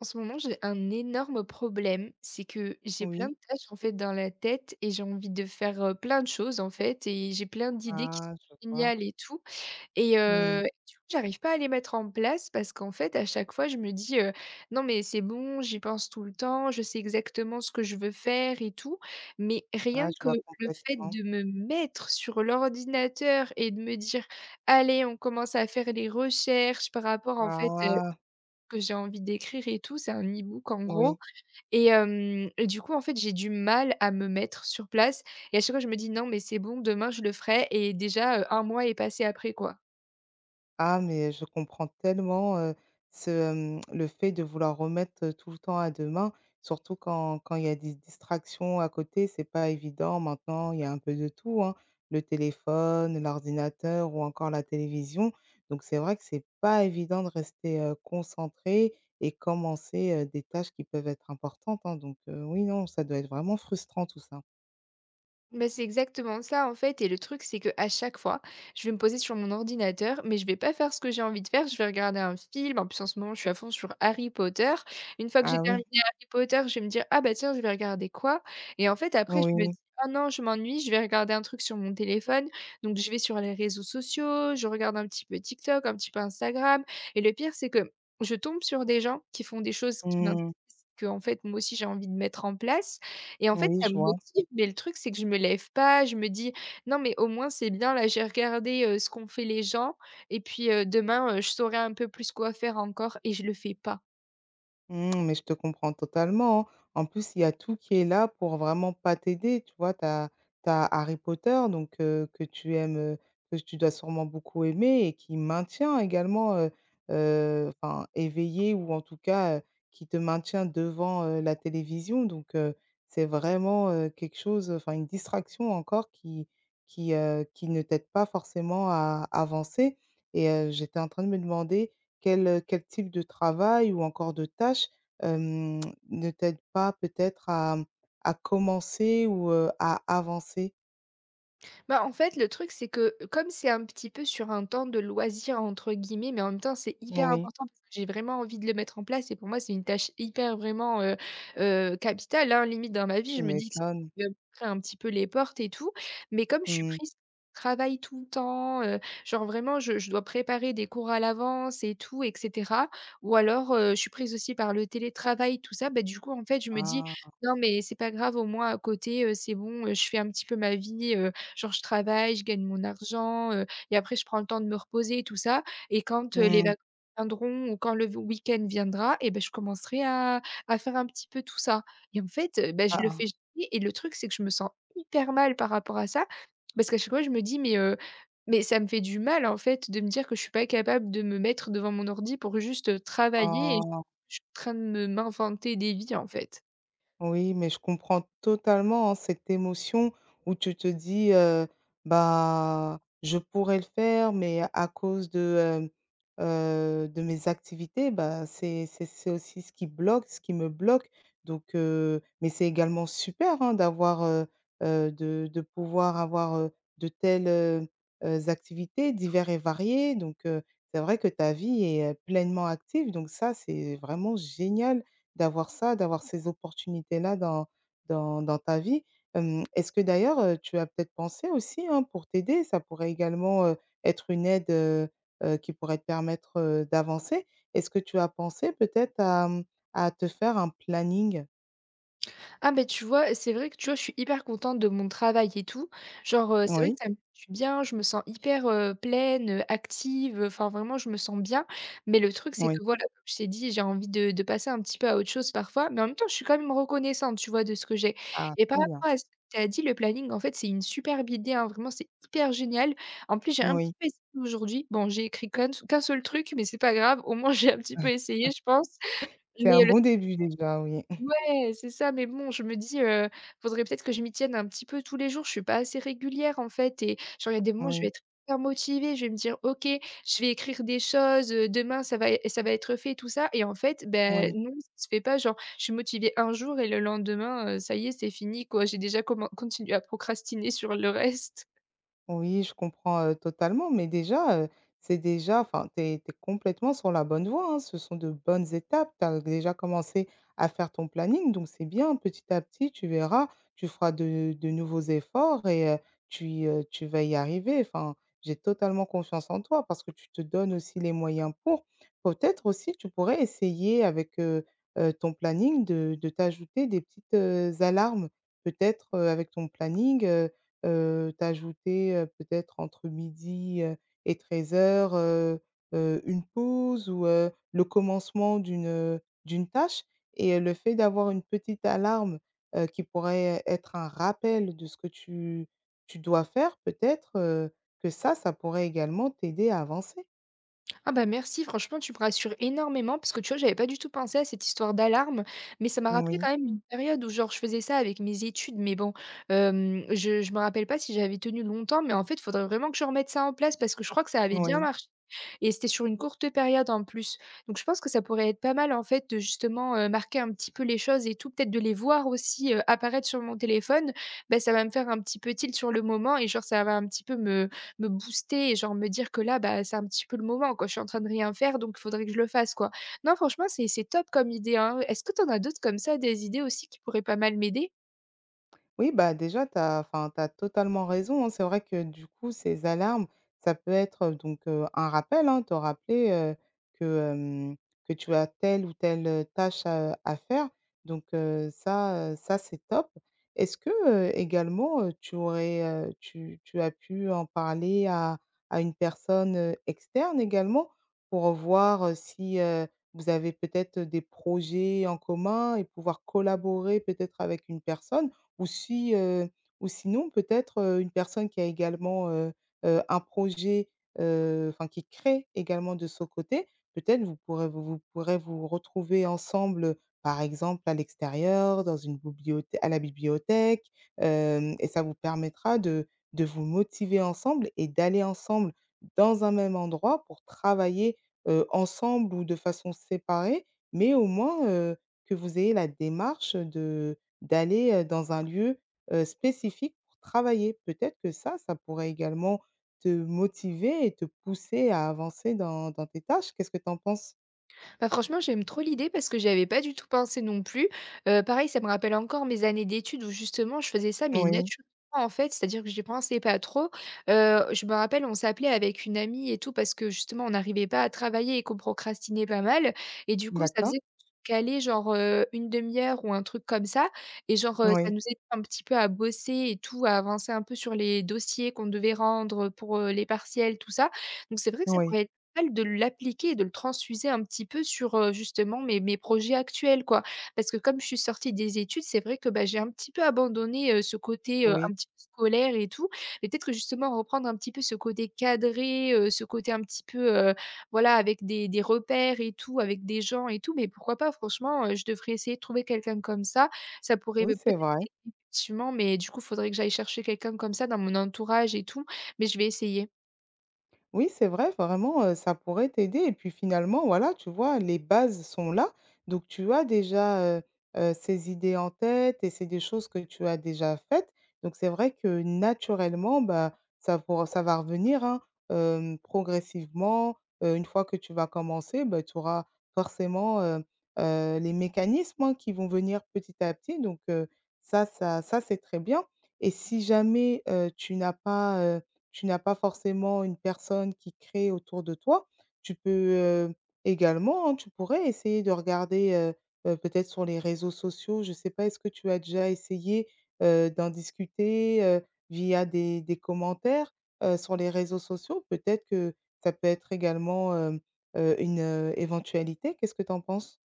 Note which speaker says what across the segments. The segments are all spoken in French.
Speaker 1: En ce moment, j'ai un énorme problème, c'est que j'ai plein
Speaker 2: Oui.
Speaker 1: de tâches en fait dans la tête et j'ai envie de faire, plein de choses en fait et j'ai plein d'idées qui sont
Speaker 2: Ah, je vois.
Speaker 1: géniales et tout et
Speaker 2: Mmh.
Speaker 1: du coup, j'arrive pas à les mettre en place parce qu'en fait, à chaque fois, je me dis: «Non mais c'est bon, j'y pense tout le temps, je sais exactement ce que je veux faire et tout». Mais
Speaker 2: Ah,
Speaker 1: rien
Speaker 2: je
Speaker 1: que
Speaker 2: vois
Speaker 1: le fait
Speaker 2: complètement.
Speaker 1: de me mettre sur l'ordinateur et de me dire: «Allez, on commence à faire les recherches par rapport en fait,
Speaker 2: Ah,
Speaker 1: que j'ai envie d'écrire et tout». C'est un e-book en gros
Speaker 2: oui.
Speaker 1: et hem et du coup, en fait, j'ai du mal à me mettre sur place et à chaque fois je me dis: «Non mais c'est bon, demain je le ferai», et déjà, 1 mois est passé après, quoi.
Speaker 2: Ah, mais je comprends tellement, le fait de vouloir remettre, tout le temps à demain, surtout quand il y a des distractions à côté, c'est pas évident. Maintenant, il y a un peu de tout, hein, le téléphone, l'ordinateur ou encore la télévision. Donc c'est vrai que c'est pas évident de rester, concentré et commencer, des tâches qui peuvent être importantes, hein. Donc, oui, non, ça doit être vraiment frustrant tout ça.
Speaker 1: Bah, c'est exactement ça en fait et le truc c'est que à chaque fois, je vais me poser sur mon ordinateur, mais je vais pas faire ce que j'ai envie de faire, je vais regarder un film. En plus en ce moment, je suis à fond sur Harry Potter. Une fois que j'ai
Speaker 2: Ah oui.
Speaker 1: terminé Harry Potter, je vais me dire: «Ah bah tiens, je vais regarder quoi?» et en fait après je me
Speaker 2: Oui,
Speaker 1: dis: «Ah non, je m'ennuie, je vais regarder un truc sur mon téléphone». Donc je vais sur les réseaux sociaux, je regarde un petit peu TikTok, un petit peu Instagram et le pire c'est que je tombe sur des gens qui font des choses qui m'intéressent,
Speaker 2: mmh,
Speaker 1: qu'en fait moi aussi j'ai envie de mettre en place et en fait,
Speaker 2: oui,
Speaker 1: ça
Speaker 2: je
Speaker 1: me
Speaker 2: vois.
Speaker 1: motive, mais le truc, c'est que je me lève pas, je me dis: «Non, mais au moins, c'est bien, là, j'ai regardé, ce qu'ont fait les gens et puis, demain, je saurai un peu plus quoi faire encore» et je le fais pas.
Speaker 2: Mmh, mais je te comprends totalement, hein. En plus, il y a tout qui est là pour vraiment pas t'aider, tu vois? Tu as Harry Potter donc que tu aimes, que tu dois sûrement beaucoup aimer et qui maintient également, enfin éveillé ou en tout cas, qui te maintient devant, la télévision donc c'est vraiment, quelque chose, enfin une distraction encore qui ne t'aide pas forcément à avancer et j'étais en train de me demander quel type de travail ou encore de tâches, hem, ne t'aide pas peut-être à commencer ou, à avancer?
Speaker 1: Bah, en fait, le truc, c'est que comme c'est un petit peu sur un temps de «loisir» entre guillemets, mais en même temps, c'est hyper
Speaker 2: Oui.
Speaker 1: important parce que j'ai vraiment envie de le mettre en place et pour moi, c'est une tâche hyper vraiment, capitale, hein, limite dans ma vie.
Speaker 2: Tu
Speaker 1: Je me dis que
Speaker 2: m'étonnes.
Speaker 1: c'est un petit peu les portes et tout, mais comme je suis
Speaker 2: Mmh.
Speaker 1: prise par le travail tout le temps, genre vraiment je dois préparer des cours à l'avance et tout et cetera ou alors, je suis prise aussi par le télétravail, tout ça, bah, du coup, en fait, je me dis:
Speaker 2: Ah.
Speaker 1: «Non, mais c'est pas grave, au moins à côté, c'est bon, je fais un petit peu ma vie,» genre je travaille, je gagne mon argent, et après je prends le temps de me reposer tout ça et quand, les
Speaker 2: Mmh.
Speaker 1: vacances viendront ou quand le week-end viendra et beh, je commencerai à faire un petit peu tout ça et en fait, bah, je
Speaker 2: Ah,
Speaker 1: le
Speaker 2: ah.
Speaker 1: fais jamais et le truc c'est que je me sens hyper mal par rapport à ça parce qu'à chaque fois je me dis: mais ça me fait du mal en fait de me dire que je suis pas capable de me mettre devant mon ordi pour juste, travailler».
Speaker 2: Oh.
Speaker 1: Je suis en train de me m'inventer des vies, en fait.
Speaker 2: Oui, mais je comprends totalement, hein, cette émotion où tu te dis: «Bah, je pourrais le faire, mais à cause de mes activités, bah, c'est aussi ce qui bloque, ce qui me bloque». Donc mais c'est également super, hein, d'avoir, de pouvoir avoir, de telles, activités diverses et variées. Donc c'est vrai que ta vie est, pleinement active, donc ça, c'est vraiment génial. D'avoir ça, d'avoir ces opportunités-là dans ta vie. Est-ce que d'ailleurs, tu as peut-être pensé aussi, hein, pour t'aider, ça pourrait également, être une aide, qui pourrait te permettre, d'avancer. Est-ce que tu as pensé peut-être à te faire un planning?
Speaker 1: Ah ben tu vois, c'est vrai que, tu vois, je suis hyper contente de mon travail et tout. Genre, c'est vrai que
Speaker 2: Oui,
Speaker 1: ça me fait du bien, je me sens hyper, pleine, active, enfin vraiment je me sens bien. Mais le truc, c'est
Speaker 2: oui.
Speaker 1: que voilà, comme je t'ai dit, j'ai envie de passer un petit peu à autre chose parfois, mais en même temps, je suis quand même reconnaissante, tu vois, de ce que j'ai.
Speaker 2: Ah,
Speaker 1: Et par
Speaker 2: très bien.
Speaker 1: rapport à ce que tu as dit, le planning, en fait, c'est une superbe idée, hein, vraiment, c'est hyper génial. En plus, j'ai un petit
Speaker 2: Oui.
Speaker 1: peu essayé aujourd'hui. Bon, j'ai écrit qu'un seul truc, mais c'est pas grave, au moins j'ai un petit peu essayé, je pense.
Speaker 2: C'est
Speaker 1: Mais
Speaker 2: un bon début déjà, oui.
Speaker 1: Ouais, c'est ça, mais bon, je me dis, faudrait peut-être que je m'y tienne un petit peu tous les jours. Je suis pas assez régulière, en fait et genre, il y a des moments, je vais
Speaker 2: Oui,
Speaker 1: être hyper motivée, je vais me dire: «OK, je vais écrire des choses, demain ça va être fait», tout ça et en fait, ben,
Speaker 2: oui.
Speaker 1: non, ça se fait pas. Genre, je suis motivée un jour et le lendemain, ça y est, c'est fini, quoi. J'ai déjà commen continué à procrastiner sur le reste.
Speaker 2: Oui, je comprends, totalement, mais déjà, c'est déjà enfin, tu es complètement sur la bonne voie, hein. Ce sont de bonnes étapes. Tu as déjà commencé à faire ton planning, donc c'est bien. Petit à petit, tu verras, tu feras de nouveaux efforts et tu vas y arriver. Enfin, j'ai totalement confiance en toi parce que tu te donnes aussi les moyens pour. Peut-être aussi, tu pourrais essayer avec, ton planning de t'ajouter des petites, alarmes. Peut-être, avec ton planning, t'ajouter, peut-être entre midi et 13:00, une pause ou le commencement d'une tâche et le fait d'avoir une petite alarme, qui pourrait être un rappel de ce que tu dois faire peut-être, que ça pourrait également t'aider à avancer.
Speaker 1: Ah bah merci, franchement, tu me rassures énormément parce que tu vois, j'avais pas du tout pensé à cette histoire d'alarme, mais ça m'a rappelé
Speaker 2: Oui,
Speaker 1: quand même une période où genre je faisais ça avec mes études, mais bon, je me rappelle pas si j'avais tenu longtemps, mais en fait, il faudrait vraiment que je remette ça en place parce que je crois que ça avait bien
Speaker 2: oui.
Speaker 1: marché et c'était sur une courte période en plus. Donc je pense que ça pourrait être pas mal en fait de justement, marquer un petit peu les choses et tout, peut-être de les voir aussi, apparaître sur mon téléphone. Bah, ça va me faire un petit peu tilt sur le moment et genre ça va un petit peu me booster et genre me dire que là, bah, c'est un petit peu le moment, quoi. Je suis en train de rien faire, donc il faudrait que je le fasse, quoi. Non, franchement, c'est top comme idée, hein. Est-ce que tu en as d'autres comme ça, des idées aussi qui pourraient pas mal m'aider?
Speaker 2: Oui, bah, déjà, tu as enfin, t'as totalement raison, hein. C'est vrai que du coup, ces alarmes, ça peut être, donc un rappel, hein, te rappeler, que, hem, que tu as telle ou telle, tâche à faire. Donc ça, c'est top. Est-ce que, également, tu aurais, tu tu as pu en parler à une personne, externe également? Pour voir, si, vous avez peut-être, des projets en commun et pouvoir collaborer peut-être avec une personne ou si, ou sinon peut-être, une personne qui a également, un projet, enfin qui crée également de son côté, peut-être vous pourrez vous retrouver ensemble, par exemple à l'extérieur, dans une bibliothèque à la bibliothèque, hem et ça vous permettra de vous motiver ensemble et d'aller ensemble dans un même endroit pour travailler, ensemble ou de façon séparée, mais au moins, que vous ayez la démarche de d'aller, dans un lieu, spécifique pour travailler. Peut-être que ça pourrait également te motiver et te pousser à avancer dans tes tâches. Qu'est-ce que tu en penses?
Speaker 1: Bah, franchement, j'aime trop l'idée parce que j'y avais pas du tout pensé non plus. Pareil, ça me rappelle encore mes années d'études où justement je faisais ça mais
Speaker 2: Oui,
Speaker 1: naturellement en fait, c'est-à-dire que j'y pensais pas trop. Je me rappelle, on s'appelait avec une amie et tout parce que justement on n'arrivait pas à travailler et qu'on procrastinait pas mal et du coup, ça
Speaker 2: d'accord.
Speaker 1: faisait caler genre, une demi-heure heure ou un truc comme ça et genre, ça
Speaker 2: Oui,
Speaker 1: nous aidait un petit peu à bosser et tout, à avancer un peu sur les dossiers qu'on devait rendre, pour, les partiels, tout ça. Donc c'est vrai que ça
Speaker 2: oui,
Speaker 1: pourrait être mal de l'appliquer et de le transfuser un petit peu sur, justement mes projets actuels, quoi. Parce que comme je suis sortie des études, c'est vrai que, bah, j'ai un petit peu abandonné, ce côté,
Speaker 2: oui,
Speaker 1: un petit peu scolaire et tout. Mais peut-être que justement reprendre un petit peu ce côté cadré, ce côté un petit peu, voilà, avec des repères et tout, avec des gens et tout, mais pourquoi pas? Franchement, je devrais essayer de trouver quelqu'un comme ça. Ça pourrait
Speaker 2: oui,
Speaker 1: me
Speaker 2: c'est
Speaker 1: peut-être
Speaker 2: vrai.
Speaker 1: effectivement, mais du coup, il faudrait que j'aille chercher quelqu'un comme ça dans mon entourage et tout, mais je vais essayer.
Speaker 2: Oui, c'est vrai, vraiment, ça pourrait t'aider et puis finalement, voilà, tu vois, les bases sont là. Donc tu as déjà, ces idées en tête et c'est des choses que tu as déjà faites. Donc c'est vrai que naturellement, bah, ça va revenir, hein, progressivement, une fois que tu vas commencer, bah, tu auras forcément, les mécanismes, hein, qui vont venir petit à petit. Donc ça, c'est très bien et si jamais, tu n'as pas forcément une personne qui crée autour de toi. Tu peux, heu, également, hein, tu pourrais essayer de regarder, peut-être sur les réseaux sociaux, je ne sais pas, est-ce que tu as déjà essayé, d'en discuter, via des commentaires, sur les réseaux sociaux? Peut-être que ça peut être également, une, éventualité. Qu'est-ce que tu en penses?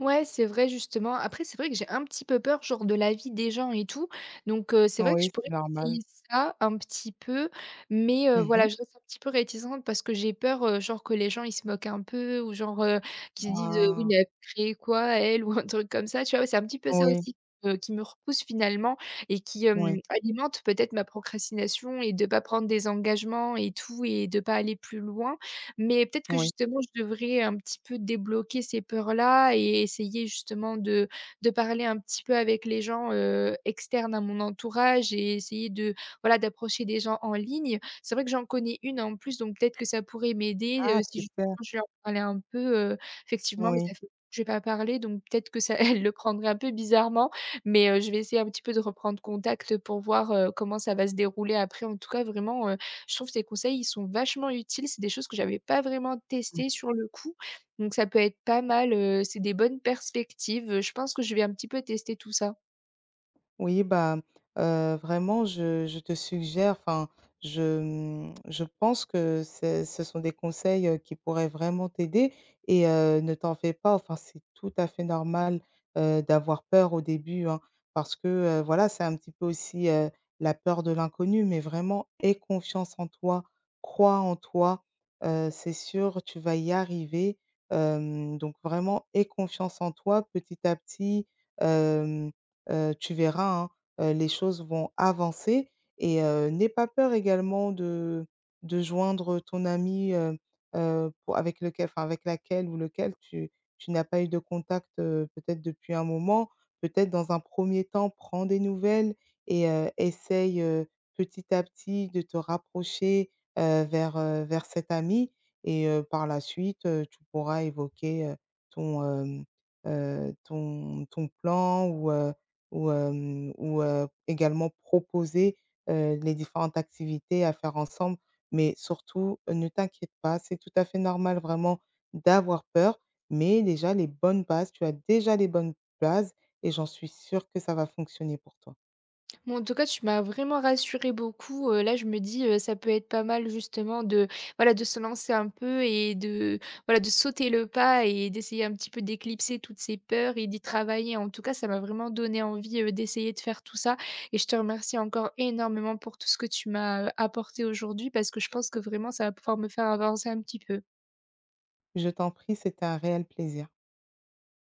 Speaker 1: Ouais, c'est vrai justement. Après, c'est vrai que j'ai un petit peu peur, genre, de l'avis des gens et tout. Donc, c'est vrai que je
Speaker 2: Oui, c'est
Speaker 1: pourrais
Speaker 2: normal.
Speaker 1: essayer ça un petit peu, mais,
Speaker 2: Mmh.
Speaker 1: voilà, je reste un petit peu réticente parce que j'ai peur, genre, que les gens ils se moquent un peu ou genre, qu'ils se disent: «Oui,
Speaker 2: Ah!
Speaker 1: mais elle a créé quoi elle?», ou un truc comme ça, tu vois? Ouais, c'est un petit peu ça
Speaker 2: Oui,
Speaker 1: aussi, qui me repousse finalement et qui,
Speaker 2: oui,
Speaker 1: alimente peut-être ma procrastination et de pas prendre des engagements et tout et de pas aller plus loin, mais peut-être que
Speaker 2: oui.
Speaker 1: justement je devrais un petit peu débloquer ces peurs-là et essayer justement de parler un petit peu avec les gens, externes à mon entourage et essayer de, voilà, d'approcher des gens en ligne. C'est vrai que j'en connais une en plus, donc peut-être que ça pourrait m'aider,
Speaker 2: Ah
Speaker 1: si justement
Speaker 2: super!
Speaker 1: je leur parlais un peu, effectivement, mais ça
Speaker 2: Oui.
Speaker 1: fait je vais pas parler, donc peut-être que ça elle le prendrait un peu bizarrement, mais je vais essayer un petit peu de reprendre contact pour voir, comment ça va se dérouler après. En tout cas, vraiment, je trouve que tes conseils, ils sont vachement utiles. C'est des choses que j'avais pas vraiment testées sur le coup, donc ça peut être pas mal, c'est des bonnes perspectives, je pense que je vais un petit peu tester tout ça.
Speaker 2: Oui, bah, vraiment, je te suggère, enfin, je pense que c'est ce sont des conseils, qui pourraient vraiment t'aider et ne t'en fais pas, enfin, c'est tout à fait normal, d'avoir peur au début, hein, parce que, voilà, c'est un petit peu aussi, la peur de l'inconnu, mais vraiment, aie confiance en toi, crois en toi, c'est sûr, tu vas y arriver, donc vraiment, aie confiance en toi petit à petit, euh, tu verras, hein, les choses vont avancer et n'aie pas peur également de joindre ton ami pour avec lequel enfin, avec laquelle ou lequel tu n'as pas eu de contact, peut-être depuis un moment. Peut-être dans un premier temps, prends des nouvelles et essaye, petit à petit de te rapprocher, vers cette amie et par la suite, tu pourras évoquer, ton, hem, ton plan ou également proposer, les différentes activités à faire ensemble. Mais surtout, ne t'inquiète pas, c'est tout à fait normal vraiment d'avoir peur, mais déjà les bonnes bases tu as déjà les bonnes bases et j'en suis sûre que ça va fonctionner pour toi.
Speaker 1: Bon, en tout cas, tu m'as vraiment rassuré beaucoup. Là, je me dis, ça peut être pas mal justement de, voilà, de se lancer un peu et de, voilà, de sauter le pas et d'essayer un petit peu d'éclipser toutes ces peurs et d'y travailler. En tout cas, ça m'a vraiment donné envie, d'essayer de faire tout ça et je te remercie encore énormément pour tout ce que tu m'as, apporté aujourd'hui parce que je pense que vraiment ça va pouvoir me faire avancer un petit peu.
Speaker 2: Je t'en prie, c'était un réel plaisir.